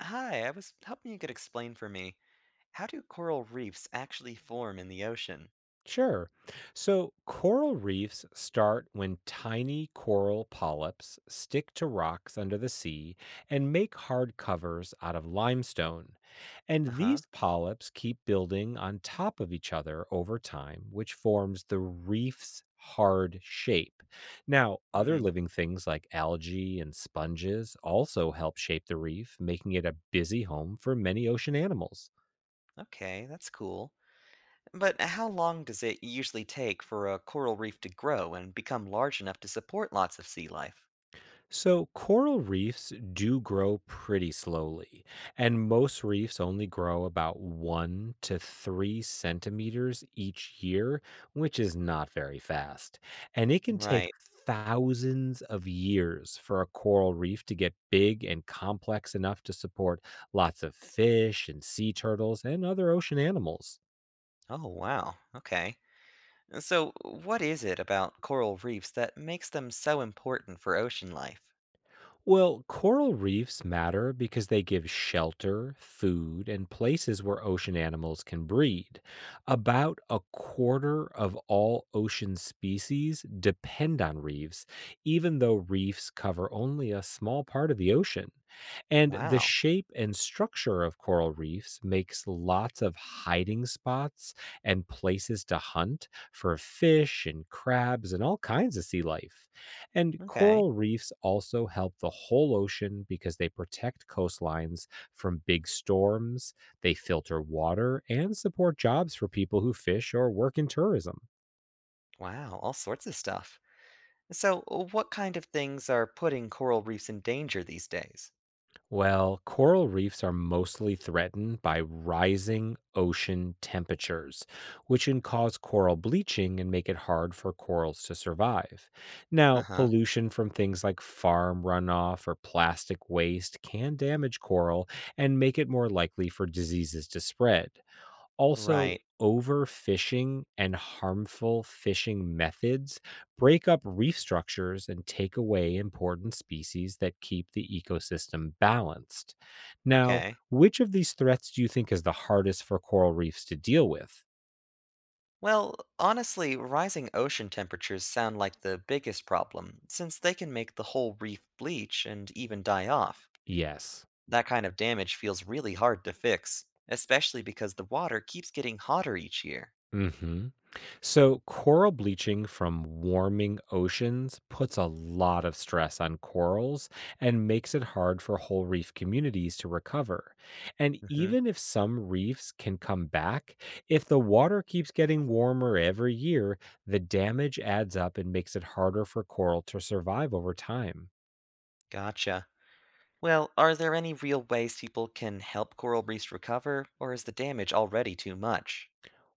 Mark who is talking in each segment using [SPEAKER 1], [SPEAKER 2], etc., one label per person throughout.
[SPEAKER 1] Hi, I was hoping you could explain for me how do coral reefs actually form in the ocean?
[SPEAKER 2] Sure. So coral reefs start when tiny coral polyps stick to rocks under the sea and make hard covers out of limestone.
[SPEAKER 1] Uh
[SPEAKER 2] And
[SPEAKER 1] huh.
[SPEAKER 2] these polyps keep building on top of each other over time, which forms the reef's hard shape. Now, other
[SPEAKER 1] Hmm,
[SPEAKER 2] living things like algae and sponges also help shape the reef, making it a busy home for many ocean animals.
[SPEAKER 1] okay, that's cool. But how long does it usually take for a coral reef to grow and become large enough to support lots of sea life?
[SPEAKER 2] So, coral reefs do grow pretty slowly, and most reefs only grow about 1 to 3 centimeters each year, which is not very fast. And it can take
[SPEAKER 1] Right.
[SPEAKER 2] thousands of years for a coral reef to get big and complex enough to support lots of fish and sea turtles and other ocean animals.
[SPEAKER 1] Oh, wow. Okay. So, what is it about coral reefs that makes them so important for ocean life?
[SPEAKER 2] Well, coral reefs matter because they give shelter, food, and places where ocean animals can breed. About a quarter of all ocean species depend on reefs, even though reefs cover only a small part of the ocean. And the
[SPEAKER 1] Wow.
[SPEAKER 2] shape and structure of coral reefs makes lots of hiding spots and places to hunt for fish and crabs and all kinds of sea life. And
[SPEAKER 1] Okay.
[SPEAKER 2] coral reefs also help the whole ocean because they protect coastlines from big storms, they filter water, and support jobs for people who fish or work in tourism.
[SPEAKER 1] Wow, all sorts of stuff. So, what kind of things are putting coral reefs in danger these days?
[SPEAKER 2] Well, coral reefs are mostly threatened by rising ocean temperatures, which can cause coral bleaching and make it hard for corals to survive.
[SPEAKER 1] Uh
[SPEAKER 2] Now,
[SPEAKER 1] huh.
[SPEAKER 2] pollution from things like farm runoff or plastic waste can damage coral and make it more likely for diseases to spread. Also,
[SPEAKER 1] Right.
[SPEAKER 2] overfishing and harmful fishing methods break up reef structures and take away important species that keep the ecosystem balanced. Now,
[SPEAKER 1] Okay.
[SPEAKER 2] which of these threats do you think is the hardest for coral reefs to deal with?
[SPEAKER 1] Well, honestly, rising ocean temperatures sound like the biggest problem, since they can make the whole reef bleach and even die off.
[SPEAKER 2] Yes.
[SPEAKER 1] That kind of damage feels really hard to fix, especially because the water keeps getting hotter each year.
[SPEAKER 2] Mhm. So, coral bleaching from warming oceans puts a lot of stress on corals and makes it hard for whole reef communities to recover. And
[SPEAKER 1] Hmm.
[SPEAKER 2] even if some reefs can come back, if the water keeps getting warmer every year, the damage adds up and makes it harder for coral to survive over time.
[SPEAKER 1] Gotcha. Well, are there any real ways people can help coral reefs recover, or is the damage already too much?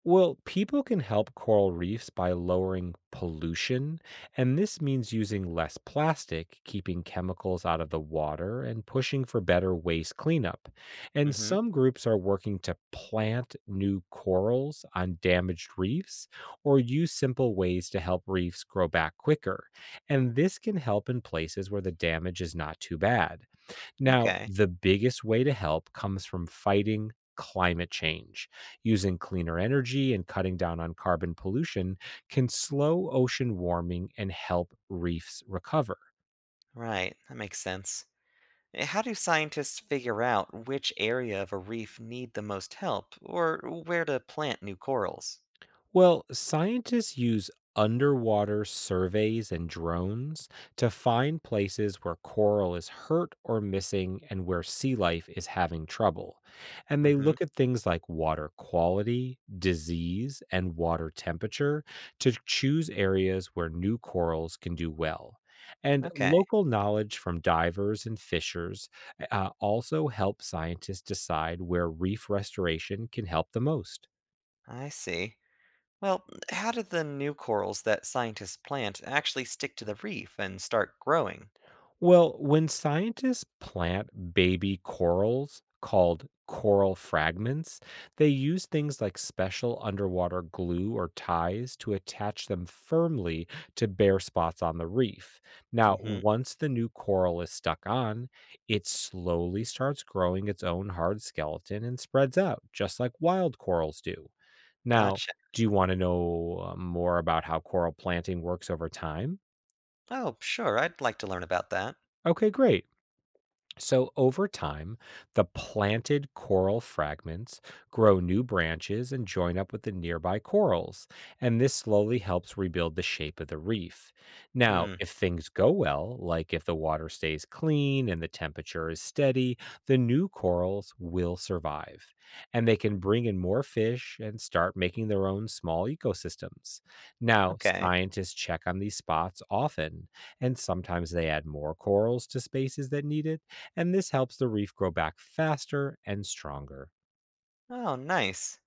[SPEAKER 2] Well, people can help coral reefs by lowering pollution, and this means using less plastic, keeping chemicals out of the water, and pushing for better waste cleanup. And
[SPEAKER 1] Hmm.
[SPEAKER 2] some groups are working to plant new corals on damaged reefs or use simple ways to help reefs grow back quicker. And this can help in places where the damage is not too bad. Now,
[SPEAKER 1] Okay.
[SPEAKER 2] the biggest way to help comes from fighting climate change. Using cleaner energy and cutting down on carbon pollution can slow ocean warming and help reefs recover.
[SPEAKER 1] Right. That makes sense. How do scientists figure out which area of a reef need the most help or where to plant new corals?
[SPEAKER 2] Well, scientists use underwater surveys and drones to find places where coral is hurt or missing and where sea life is having trouble. And they
[SPEAKER 1] Mhm.
[SPEAKER 2] look at things like water quality, disease, and water temperature to choose areas where new corals can do well. And
[SPEAKER 1] Okay,
[SPEAKER 2] local knowledge from divers and fishers also help scientists decide where reef restoration can help the most.
[SPEAKER 1] I see. Well, how do the new corals that scientists plant actually stick to the reef and start growing?
[SPEAKER 2] Well, when scientists plant baby corals called coral fragments, they use things like special underwater glue or ties to attach them firmly to bare spots on the reef. Now,
[SPEAKER 1] Mhm.
[SPEAKER 2] once the new coral is stuck on, it slowly starts growing its own hard skeleton and spreads out, just like wild corals do. Now,
[SPEAKER 1] Gotcha.
[SPEAKER 2] do you want to know more about how coral planting works over time?
[SPEAKER 1] Oh, sure, I'd like to learn about that.
[SPEAKER 2] Okay, great. So, over time, the planted coral fragments grow new branches and join up with the nearby corals, and this slowly helps rebuild the shape of the reef. Now,
[SPEAKER 1] Hmm.
[SPEAKER 2] if things go well, like if the water stays clean and the temperature is steady, the new corals will survive, and they can bring in more fish and start making their own small ecosystems. Now,
[SPEAKER 1] Okay.
[SPEAKER 2] scientists check on these spots often, and sometimes they add more corals to spaces that need it and this helps the reef grow back faster and stronger.
[SPEAKER 1] Oh, nice.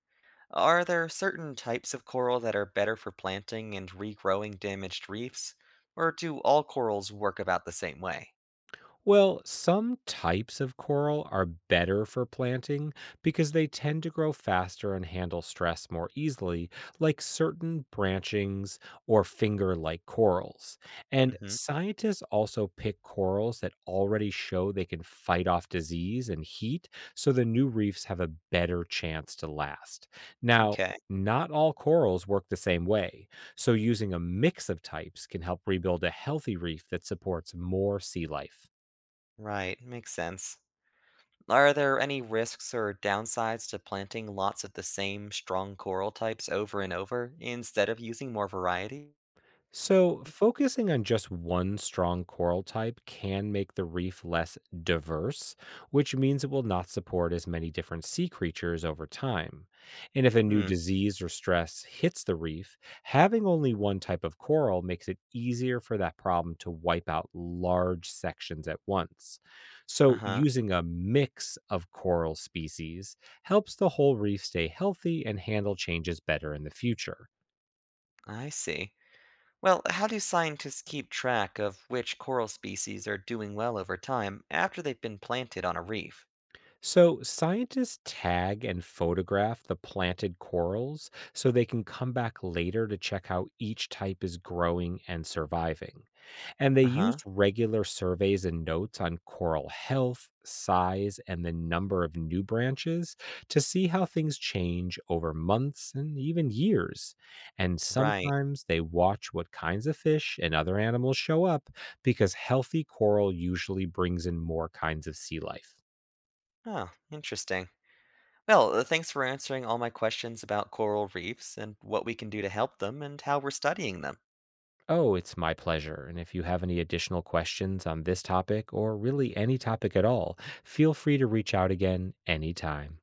[SPEAKER 1] Are there certain types of coral that are better for planting and regrowing damaged reefs, or do all corals work about the same way?
[SPEAKER 2] Well, some types of coral are better for planting because they tend to grow faster and handle stress more easily, like certain branchings or finger like corals. And
[SPEAKER 1] Mhm.
[SPEAKER 2] scientists also pick corals that already show they can fight off disease and heat, so the new reefs have a better chance to last. Now,
[SPEAKER 1] Okay.
[SPEAKER 2] not all corals work the same way, so using a mix of types can help rebuild a healthy reef that supports more sea life.
[SPEAKER 1] Right, makes sense. Are there any risks or downsides to planting lots of the same strong coral types over and over instead of using more variety?
[SPEAKER 2] So, focusing on just one strong coral type can make the reef less diverse, which means it will not support as many different sea creatures over time. And if a new
[SPEAKER 1] Hmm,
[SPEAKER 2] disease or stress hits the reef, having only one type of coral makes it easier for that problem to wipe out large sections at once.
[SPEAKER 1] uh
[SPEAKER 2] So,
[SPEAKER 1] huh,
[SPEAKER 2] using a mix of coral species helps the whole reef stay healthy and handle changes better in the future.
[SPEAKER 1] I see. Well, how do scientists keep track of which coral species are doing well over time after they've been planted on a reef?
[SPEAKER 2] So, scientists tag and photograph the planted corals so they can come back later to check how each type is growing and surviving. And they
[SPEAKER 1] Uh huh,
[SPEAKER 2] used regular surveys and notes on coral health, size, and the number of new branches to see how things change over months and even years. And
[SPEAKER 1] right.
[SPEAKER 2] sometimes they watch what kinds of fish and other animals show up because healthy coral usually brings in more kinds of sea life.
[SPEAKER 1] Oh, interesting. Well, thanks for answering all my questions about coral reefs and what we can do to help them and how we're studying them.
[SPEAKER 2] Oh, it's my pleasure. And if you have any additional questions on this topic or really any topic at all, feel free to reach out again anytime.